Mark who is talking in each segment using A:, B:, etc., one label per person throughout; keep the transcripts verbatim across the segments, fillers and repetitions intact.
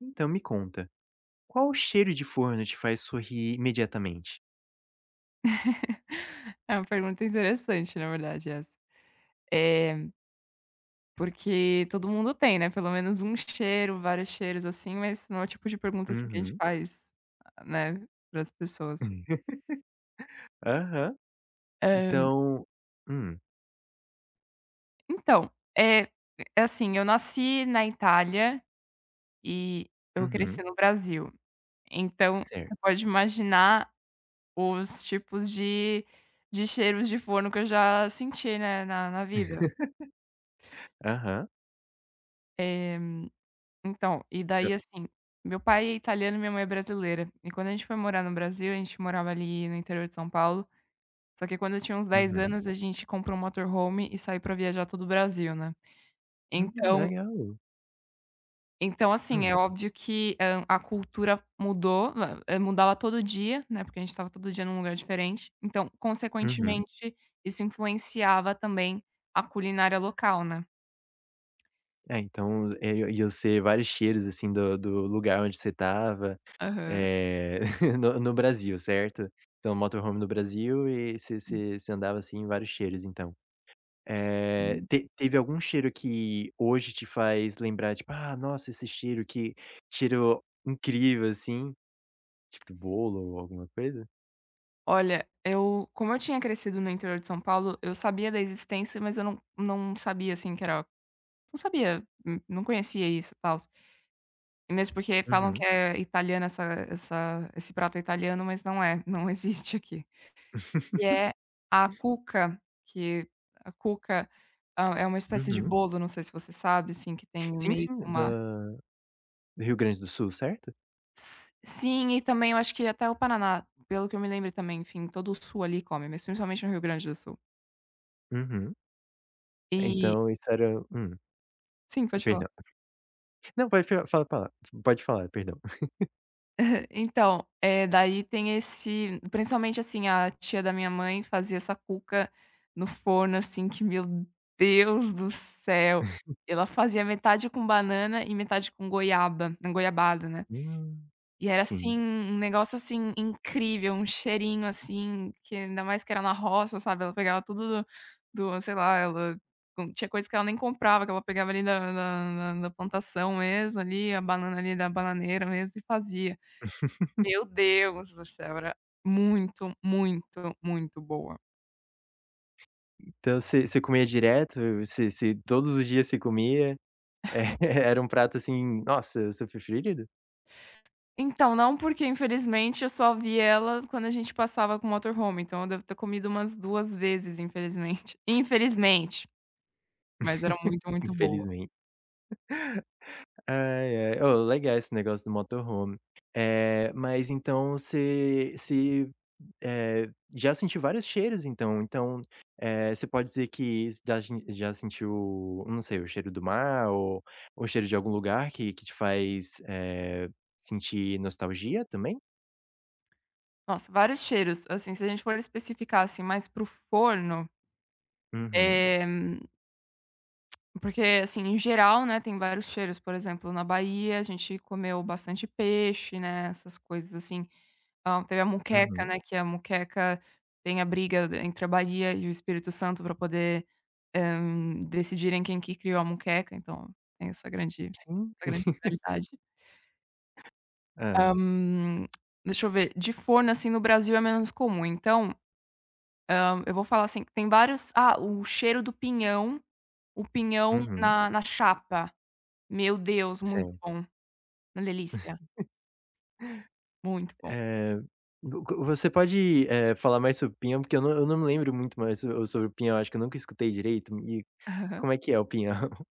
A: Então me conta, qual cheiro de forno te faz sorrir imediatamente?
B: É uma pergunta interessante, na verdade, essa. Eh, porque todo mundo tem, né, pelo menos um cheiro, vários cheiros, assim, mas não é o tipo de pergunta, assim, que a gente
A: Uhum.
B: faz, né, para as pessoas.
A: Aham.
B: Hã,
A: Então hum,
B: então, eh, é assim, eu nasci na Itália e eu
A: uhum,
B: cresci no Brasil, então você
A: certo.
B: pode imaginar os tipos de de cheiros de forno que eu já senti, né, na na vida.
A: Aham.
B: É. Então, e
A: Hã,
B: daí assim, meu pai é italiano e minha mãe é brasileira. E quando a gente foi morar no Brasil, a gente morava ali no interior de São Paulo. Só que quando eu tinha uns dez
A: uhum.
B: anos, a gente comprou um motorhome e saiu pra viajar todo o Brasil, né.
A: Hum,
B: Então
A: legal.
B: então assim,
A: Hum,
B: é óbvio que, hã, a cultura mudou, hã, eh, mudava todo dia, né, porque a gente estava todo dia num lugar diferente. Então,
A: uhum.
B: consequentemente, isso influenciava também a culinária local, né.
A: É, então, é, eu iam ser vários cheiros, assim, do do lugar onde você estava,
B: Aham.
A: eh, no no Brasil, certo? Então motorhome no Brasil e você você você andava, assim, em vários cheiros, então. Eh,
B: Sim.
A: te teve algum cheiro que hoje te faz lembrar, tipo: "Ah, nossa, esse cheiro, que cheiro incrível", assim, tipo bolo ou alguma coisa?
B: Olha, eu como eu tinha crescido no interior de São Paulo, eu sabia da existência, mas eu não não sabia, assim, que era não sabia, hum, não conhecia isso, e tal. E mesmo porque falam que
A: Uhum.
B: é italiana essa essa esse prato é italiano, mas não é, não existe aqui. Que é a cuca, que a cuca, hã, é uma espécie de
A: Uhum.
B: bolo, não sei se você sabe, assim, que tem
A: Sim,
B: meio
A: sim,
B: que uma...
A: da do Rio Grande do Sul, certo?
B: S sim, e também eu acho que até o Paraná, pelo que eu me lembro também, enfim, todo o sul ali come, mas principalmente no Rio Grande do Sul.
A: Uhum.
B: E
A: Então isso era hum,
B: sim, pode falar.
A: perdão. Não, pode fa fala pra pode falar, perdão.
B: Então, eh, daí tem esse principalmente, assim, a tia da minha mãe fazia essa cuca no forno, assim, que meu Deus do céu! Ela fazia metade com banana e metade com goiaba goiabada, né.
A: Hum,
B: E era,
A: sim.
B: assim, um negócio, assim, incrível, um cheirinho, assim, que ainda mais que era na roça, sabe, ela pegava tudo do do sei lá, ela com tinha coisa que ela nem comprava, que ela pegava ali da da da da plantação mesmo, ali, a banana ali da bananeira mesmo e fazia. Meu Deus do céu, era muito, muito, muito boa.
A: Então você você comia direto? Você você todos os dias você comia? É, era um prato, assim, nossa, o seu preferido?
B: Então, não, porque infelizmente eu só vi ela quando a gente passava com o motorhome, então eu devo ter comido umas duas vezes, infelizmente. Infelizmente, mas era muito, muito boa.
A: Infelizmente. Ai, ai. Ô, legal esse negócio do motorhome. Eh, mas então você se, eh, já sentiu vários cheiros então, então, eh, você pode dizer que já gen já sentiu, não sei, o cheiro do mar ou o cheiro de algum lugar que que te faz, eh, sentir nostalgia também?
B: Nossa, vários cheiros, assim, se a gente for especificar, assim, mais pro forno,
A: Uhum,
B: eh porque, assim, em geral, né, tem vários cheiros, por exemplo, na Bahia a gente comeu bastante peixe, né, essas coisas assim. Ah, teve a muqueca,
A: uhum.
B: né, que a muqueca tem a briga d entre a Bahia e o Espírito Santo para poder, eh, decidirem quem que criou a muqueca, então tem essa grande
A: Sim,
B: essa
A: sim.
B: grande rivalidade.
A: ah.
B: Hã, deixa eu ver, de forno, assim, no Brasil é menos comum, então, hã, eu vou falar assim, tem vários... ah, o cheiro do pinhão, o pinhão
A: Uhum.
B: na na chapa. Meu Deus, muito
A: Certo.
B: bom. Uma delícia, muito bom.
A: Eh, vo co- você pode, eh, falar mais sobre o pinhão? Porque eu não eu não me lembro muito mais so sobre o pinhão, acho que eu nunca escutei direito. Como é que é o pinhão?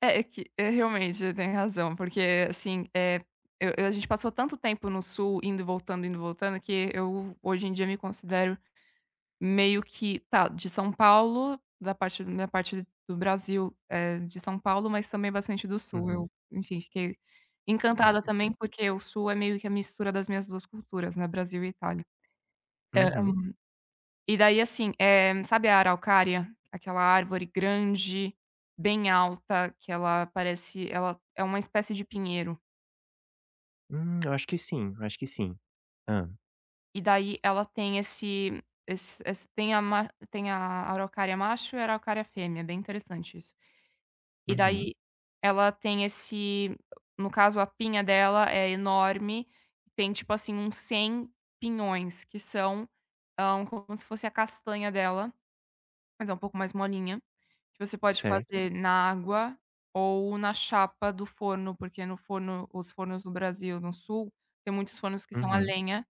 B: É, é que é, realmente, tem razão, porque assim, é, eu eu a gente passou tanto tempo no sul, indo e voltando, indo e voltando, que eu hoje em dia me considero meio que, tá, de São Paulo, da parte da minha parte do Brasil, eh, de São Paulo, mas também bastante do sul. Eu,
A: Uhum,
B: enfim, fiquei encantada também, porque o sul é meio que a mistura das minhas duas culturas, né, Brasil e Itália. É é
A: uhum.
B: E daí, assim, eh, sabe a araucária? Aquela árvore grande, bem alta, que ela parece... ela é uma espécie de pinheiro.
A: Hum, eu acho que sim, eu acho que sim. Hã.
B: E daí ela tem esse esse esse tem a ma tem a araucária macho e a araucária fêmea, é bem interessante isso. E... Uhum.
A: Uhum,
B: Daí ela tem esse no caso, a pinha dela é enorme, tem, tipo assim, uns cem pinhões, que são, hã, como se fosse a castanha dela, mas é um pouco mais molinha. Que você pode
A: certo.
B: fazer na água ou na chapa do forno, porque no forno... os fornos no Brasil, no sul, tem muitos fornos que são a
A: Uhum,
B: lenha,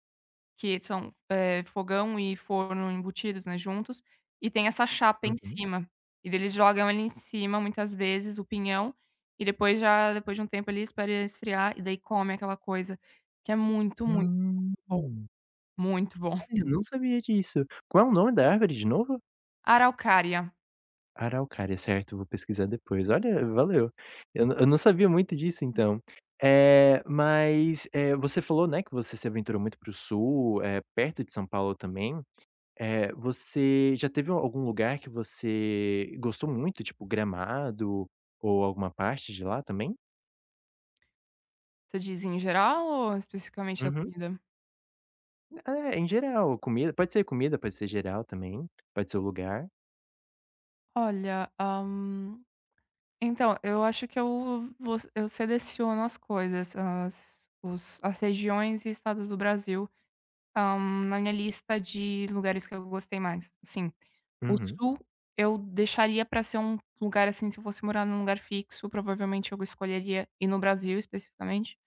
B: que são, eh, fogão e forno embutidos, né, juntos, e tem essa chapa em
A: uhum.
B: cima. E daí eles jogam ali em cima, muitas vezes, o pinhão, e depois já depois de um tempo ali, espera esfriar, e daí come aquela coisa que é muito, muito
A: Hum.
B: bom, muito bom.
A: Olha, eu não sabia disso. Qual é o nome da árvore de novo?
B: Araucária,
A: Araucária, certo, vou pesquisar depois. Olha, valeu. Eu n- eu não sabia muito disso então. Eh, mas, eh, você falou, né, que você se aventurou muito para o sul, eh, perto de São Paulo também. Eh, você já teve algum lugar que você gostou muito, tipo Gramado ou alguma parte de lá também?
B: você diz em geral ou especificamente da
A: Uhum.
B: comida?
A: É, em geral, comida pode ser comida, pode ser geral também, pode ser o lugar.
B: Olha, hã então, eu acho que eu vou... eu seleciono as coisas, as os as regiões e estados do Brasil, hã, na minha lista de lugares que eu gostei mais. Sim, o
A: Uhum,
B: Sul eu deixaria pra ser um lugar, assim, se eu fosse morar num lugar fixo, provavelmente eu escolheria, e no Brasil especificamente,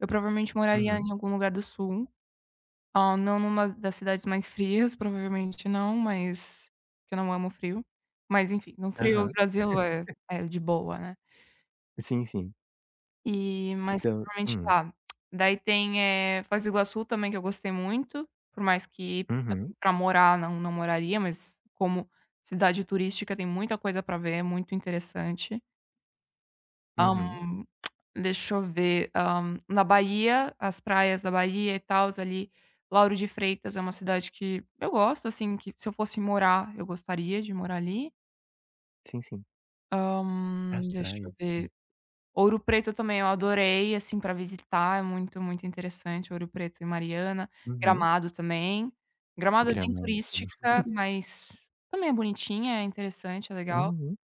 B: eu provavelmente moraria
A: uhum,
B: em algum lugar do Sul, ah, não numa das cidades mais frias, provavelmente não, mas porque eu não amo frio, mas enfim, no frio o
A: aham.
B: Brasil é é de boa, né.
A: Sim, sim.
B: E mas
A: Então
B: provavelmente
A: hum,
B: lá. Daí tem, eh, Foz do Iguaçu também que eu gostei muito, por mais que, assim,
A: uhum,
B: pra morar não não moraria, mas como cidade turística tem muita coisa pra ver, é muito interessante. Hã,
A: uhum.
B: deixa eu ver, hã, na Bahia, as praias da Bahia e tals ali, Lauro de Freitas é uma cidade que eu gosto, assim, que se eu fosse morar, eu gostaria de morar ali.
A: Sim, sim.
B: Hã,
A: As
B: deixa eu
A: praias, sim.
B: ver. Ouro Preto também eu adorei, assim, para visitar, é muito, muito interessante, Ouro Preto e Mariana.
A: Uhum.
B: Gramado também. Gramado é bem
A: Gramado, sim.
B: turística, mas também é bonitinha, é interessante, é legal.
A: Uhum,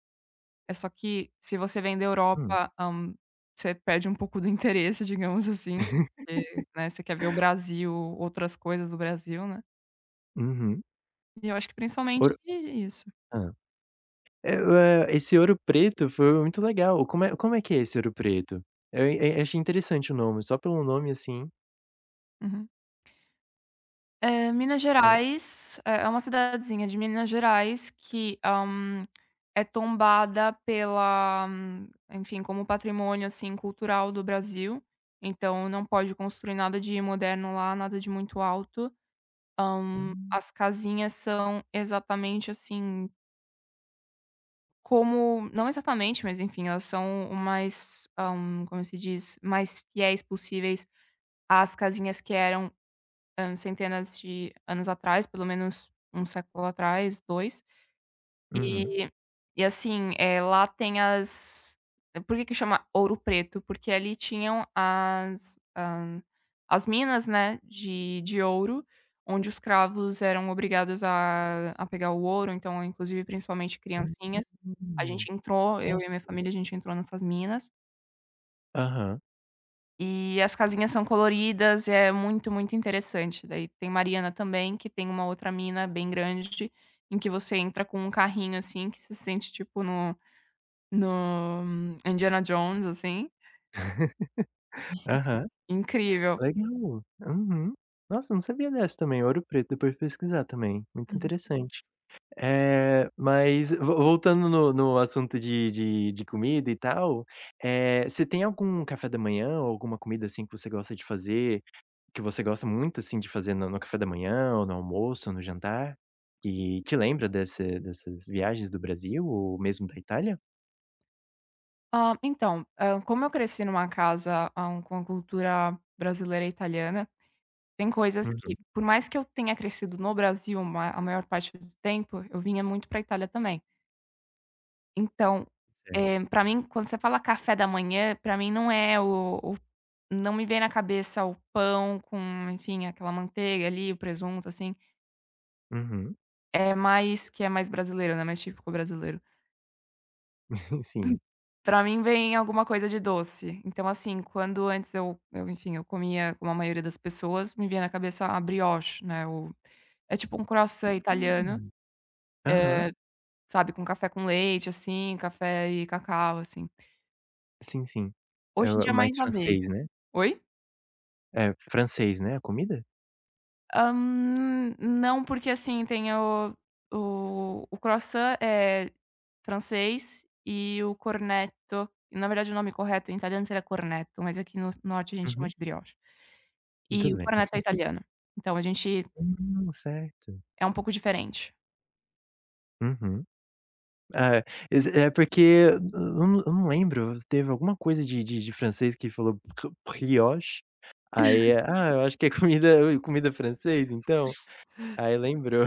B: É só que se você vem da
A: hum.
B: Europa, hã, você perde um pouco do interesse, digamos assim, porque, né, você quer ver o Brasil, outras coisas do Brasil, né.
A: Uhum.
B: E eu acho que principalmente
A: Ouro
B: isso.
A: É, ué, esse Ouro Preto foi muito legal. Como é como é que é esse Ouro Preto? Eu eu eu achei interessante o nome, só pelo nome, assim,
B: Uhum. Eh, Minas
A: é
B: Gerais é é uma cidadezinha de Minas Gerais que, hã, é tombada pela hum, enfim, como patrimônio, assim, cultural do Brasil, então não pode construir nada de moderno lá, nada de muito alto. Hã,
A: hum,
B: as casinhas são exatamente, assim, como... não exatamente, mas enfim, elas são o mais, hã, como se diz, mais fiéis possíveis às casinhas que eram hã, centenas de anos atrás, pelo menos um século atrás, dois.
A: uhum,
B: E e assim, eh, lá tem as... por que que chama Ouro Preto? Porque ali tinham as hã, as minas, né, de de ouro, onde os cravos eram obrigados a a pegar o ouro, então, inclusive, principalmente criancinhas. A
A: hum,
B: gente entrou, eu e a minha
A: nossa.
B: família, a gente entrou nessas minas.
A: Aham,
B: E as casinhas são coloridas, é muito, muito interessante. Daí tem Mariana também, que tem uma outra mina bem grande, em que você entra com um carrinho, assim, que se sente tipo no no hum, Indiana Jones, assim,
A: aham,
B: incrível.
A: legal. Uhum. Nossa, não sabia dessa também, Ouro Preto, depois pesquisar também, muito interessante. Eh, mas vo voltando no no assunto de de de comida e tal, eh, você tem algum café da manhã ou alguma comida, assim, que você gosta de fazer? Que você gosta muito, assim, de fazer no no café da manhã ou no almoço ou no jantar, e te lembra desse dessas viagens do Brasil ou mesmo da Itália?
B: Ah, então, hã, como eu cresci numa casa, hã, com a cultura brasileira e italiana, tem coisas que,
A: Uhum,
B: por mais que eu tenha crescido no Brasil ma a maior parte do tempo, eu vinha muito pra Itália também. Então,
A: certo.
B: eh, pra mim, quando você fala café da manhã, pra mim não é o o não me vem na cabeça o pão com, enfim, aquela manteiga ali, o presunto, assim,
A: Uhum.
B: é mais que é mais brasileiro, né, mais típico brasileiro.
A: Sim.
B: Pra mim vem alguma coisa de doce. Então, assim, quando antes eu eu, enfim, eu comia como a maioria das pessoas, me vinha na cabeça a brioche, né, o... é tipo um croissant italiano,
A: Hum. Aham.
B: eh, sabe, com café com leite, assim, café e cacau, assim.
A: Sim, sim. É
B: Hoje em
A: o é
B: dia é
A: mais
B: mais aveia.
A: francês, né?
B: Oi?
A: É francês, né, a comida?
B: Hã, não, porque assim, tem o o o croissant é francês, e o cornetto, na verdade, o nome correto em italiano seria cornetto, mas aqui no norte a gente chama
A: Uhum.
B: de brioche. E
A: Tudo
B: o
A: bem.
B: cornetto é italiano, então a gente
A: Hum, certo.
B: é um pouco diferente.
A: Uhum. É, ex é porque eu não eu não lembro, teve alguma coisa de de de francês que falou brio brioche, aí, ah, eu acho que é comida comida francês então, aí lembrou.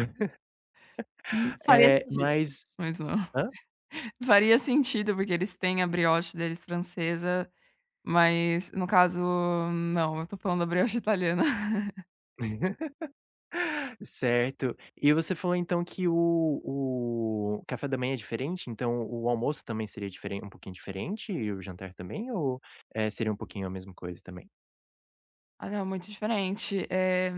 B: Hum, faria
A: Eh,
B: sentido,
A: mas
B: mas não.
A: hã?
B: Faria sentido, porque eles têm a brioche deles francesa, mas no caso, não, eu tô falando da brioche italiana.
A: Certo. E você falou então que o o café da manhã é diferente, então o almoço também seria diferen um pouquinho diferente e o jantar também ou, eh, seria um pouquinho a mesma coisa também?
B: Ah, não, muito diferente. É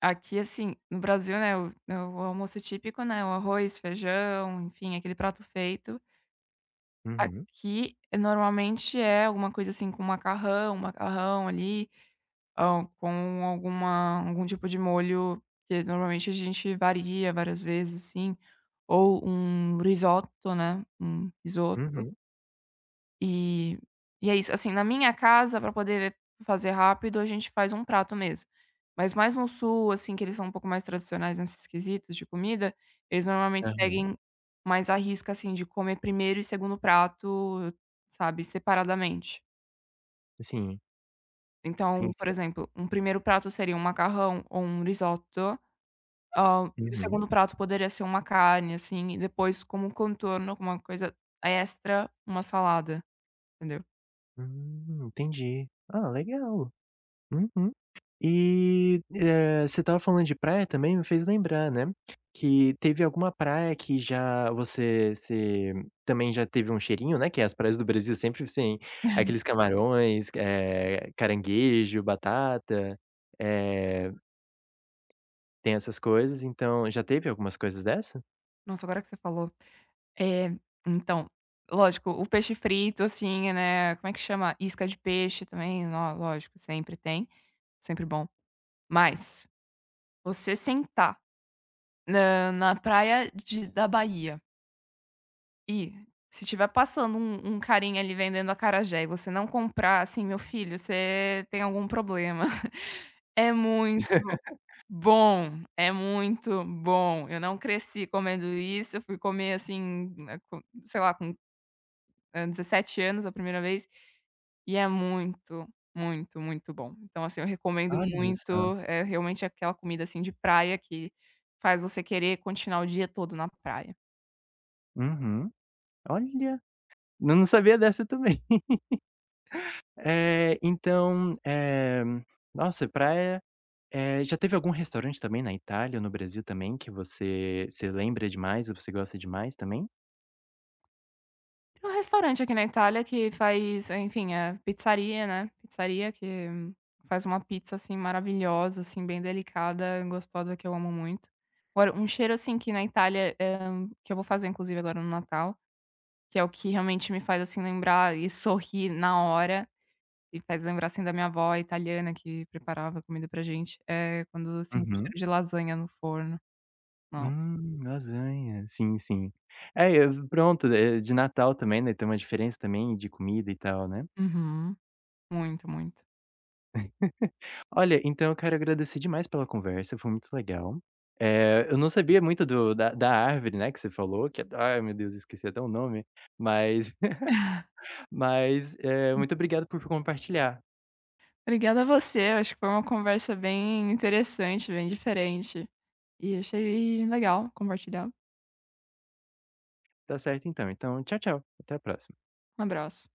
B: aqui, assim, no Brasil, né, o... né, o almoço típico, né, o arroz, feijão, enfim, aquele prato feito.
A: Uhum,
B: Aqui, eh, normalmente é alguma coisa assim com macarrão, macarrão ali, hã, com alguma algum tipo de molho que normalmente a gente varia várias vezes, assim, ou um risoto, né, um risoto.
A: uhum,
B: E e é isso. Assim, na minha casa, pra poder fazer rápido, a gente faz um prato mesmo. Mas mais no sul, assim, que eles são um pouco mais tradicionais nesses quesitos de comida, eles normalmente
A: aham.
B: seguem mais a risca, assim, de comer primeiro e segundo prato, sabe, separadamente.
A: Sim, sim,
B: Então, por
A: sim.
B: exemplo, um primeiro prato seria um macarrão ou um risoto, hã, e o
A: Uhum.
B: segundo prato poderia ser uma carne, assim, e depois como contorno, alguma coisa extra, uma salada, entendeu.
A: Hum, entendi. Ah, legal. Uhum. E, eh, você estava falando de praia também, me fez lembrar, né, que teve alguma praia que já você se também já teve um cheirinho, né, que as praias do Brasil sempre têm aqueles camarões, eh, caranguejo, batata, eh, tem essas coisas, então já teve algumas coisas dessa?
B: Nossa, agora que você falou... É, então, lógico, o peixe frito, assim, né, como é que chama? Isca de peixe também, nó lógico, sempre tem, sempre bom. Mas, você sentar na na praia de da Bahia e se tiver passando um um carinha ali vendendo acarajé e você não comprar, assim, meu filho, você tem algum problema. É muito bom, é muito bom. Eu não cresci comendo isso, eu fui comer, assim, eh, com sei lá, com, hã, dezessete anos a primeira vez. E é muito, muito, muito bom. Então, assim, eu recomendo
A: Olha só.
B: muito, é realmente aquela comida, assim, de praia que faz você querer continuar o dia todo na praia.
A: Uhum. Olha, eu não sabia dessa também. Eh, então, eh, nossa, praia. Eh, já teve algum restaurante também na Itália ou no Brasil também que você se lembra demais ou você gosta demais também?
B: Tem um restaurante aqui na Itália que faz, enfim, é pizzaria, né, pizzaria que hum, faz uma pizza, assim, maravilhosa, assim, bem delicada, gostosa, que eu amo muito. Agora, um cheiro, assim, que na Itália, eh, que eu vou fazer inclusive agora no Natal, que é o que realmente me faz, assim, lembrar e sorrir na hora. E faz lembrar, assim, da minha avó italiana que preparava comida pra gente, é quando eu sinto
A: Uhum.
B: cheiro de lasanha no forno. Nossa.
A: Hum, lasanha. Sim, sim. É, eu pronto, eh, de Natal também, né, tem uma diferença também de comida e tal, né.
B: Uhum. Muito, muito.
A: Olha, então eu quero agradecer demais pela conversa, foi muito legal. Eh, eu não sabia muito do da da árvore, né, que você falou, que é ai meu Deus, esqueci até o nome, mas mas, eh, muito obrigado por compartilhar.
B: Obrigada a você, eu acho que foi uma conversa bem interessante, bem diferente. E achei legal compartilhar.
A: Tá certo então. Então tchau, tchau, até a próxima.
B: Um abraço.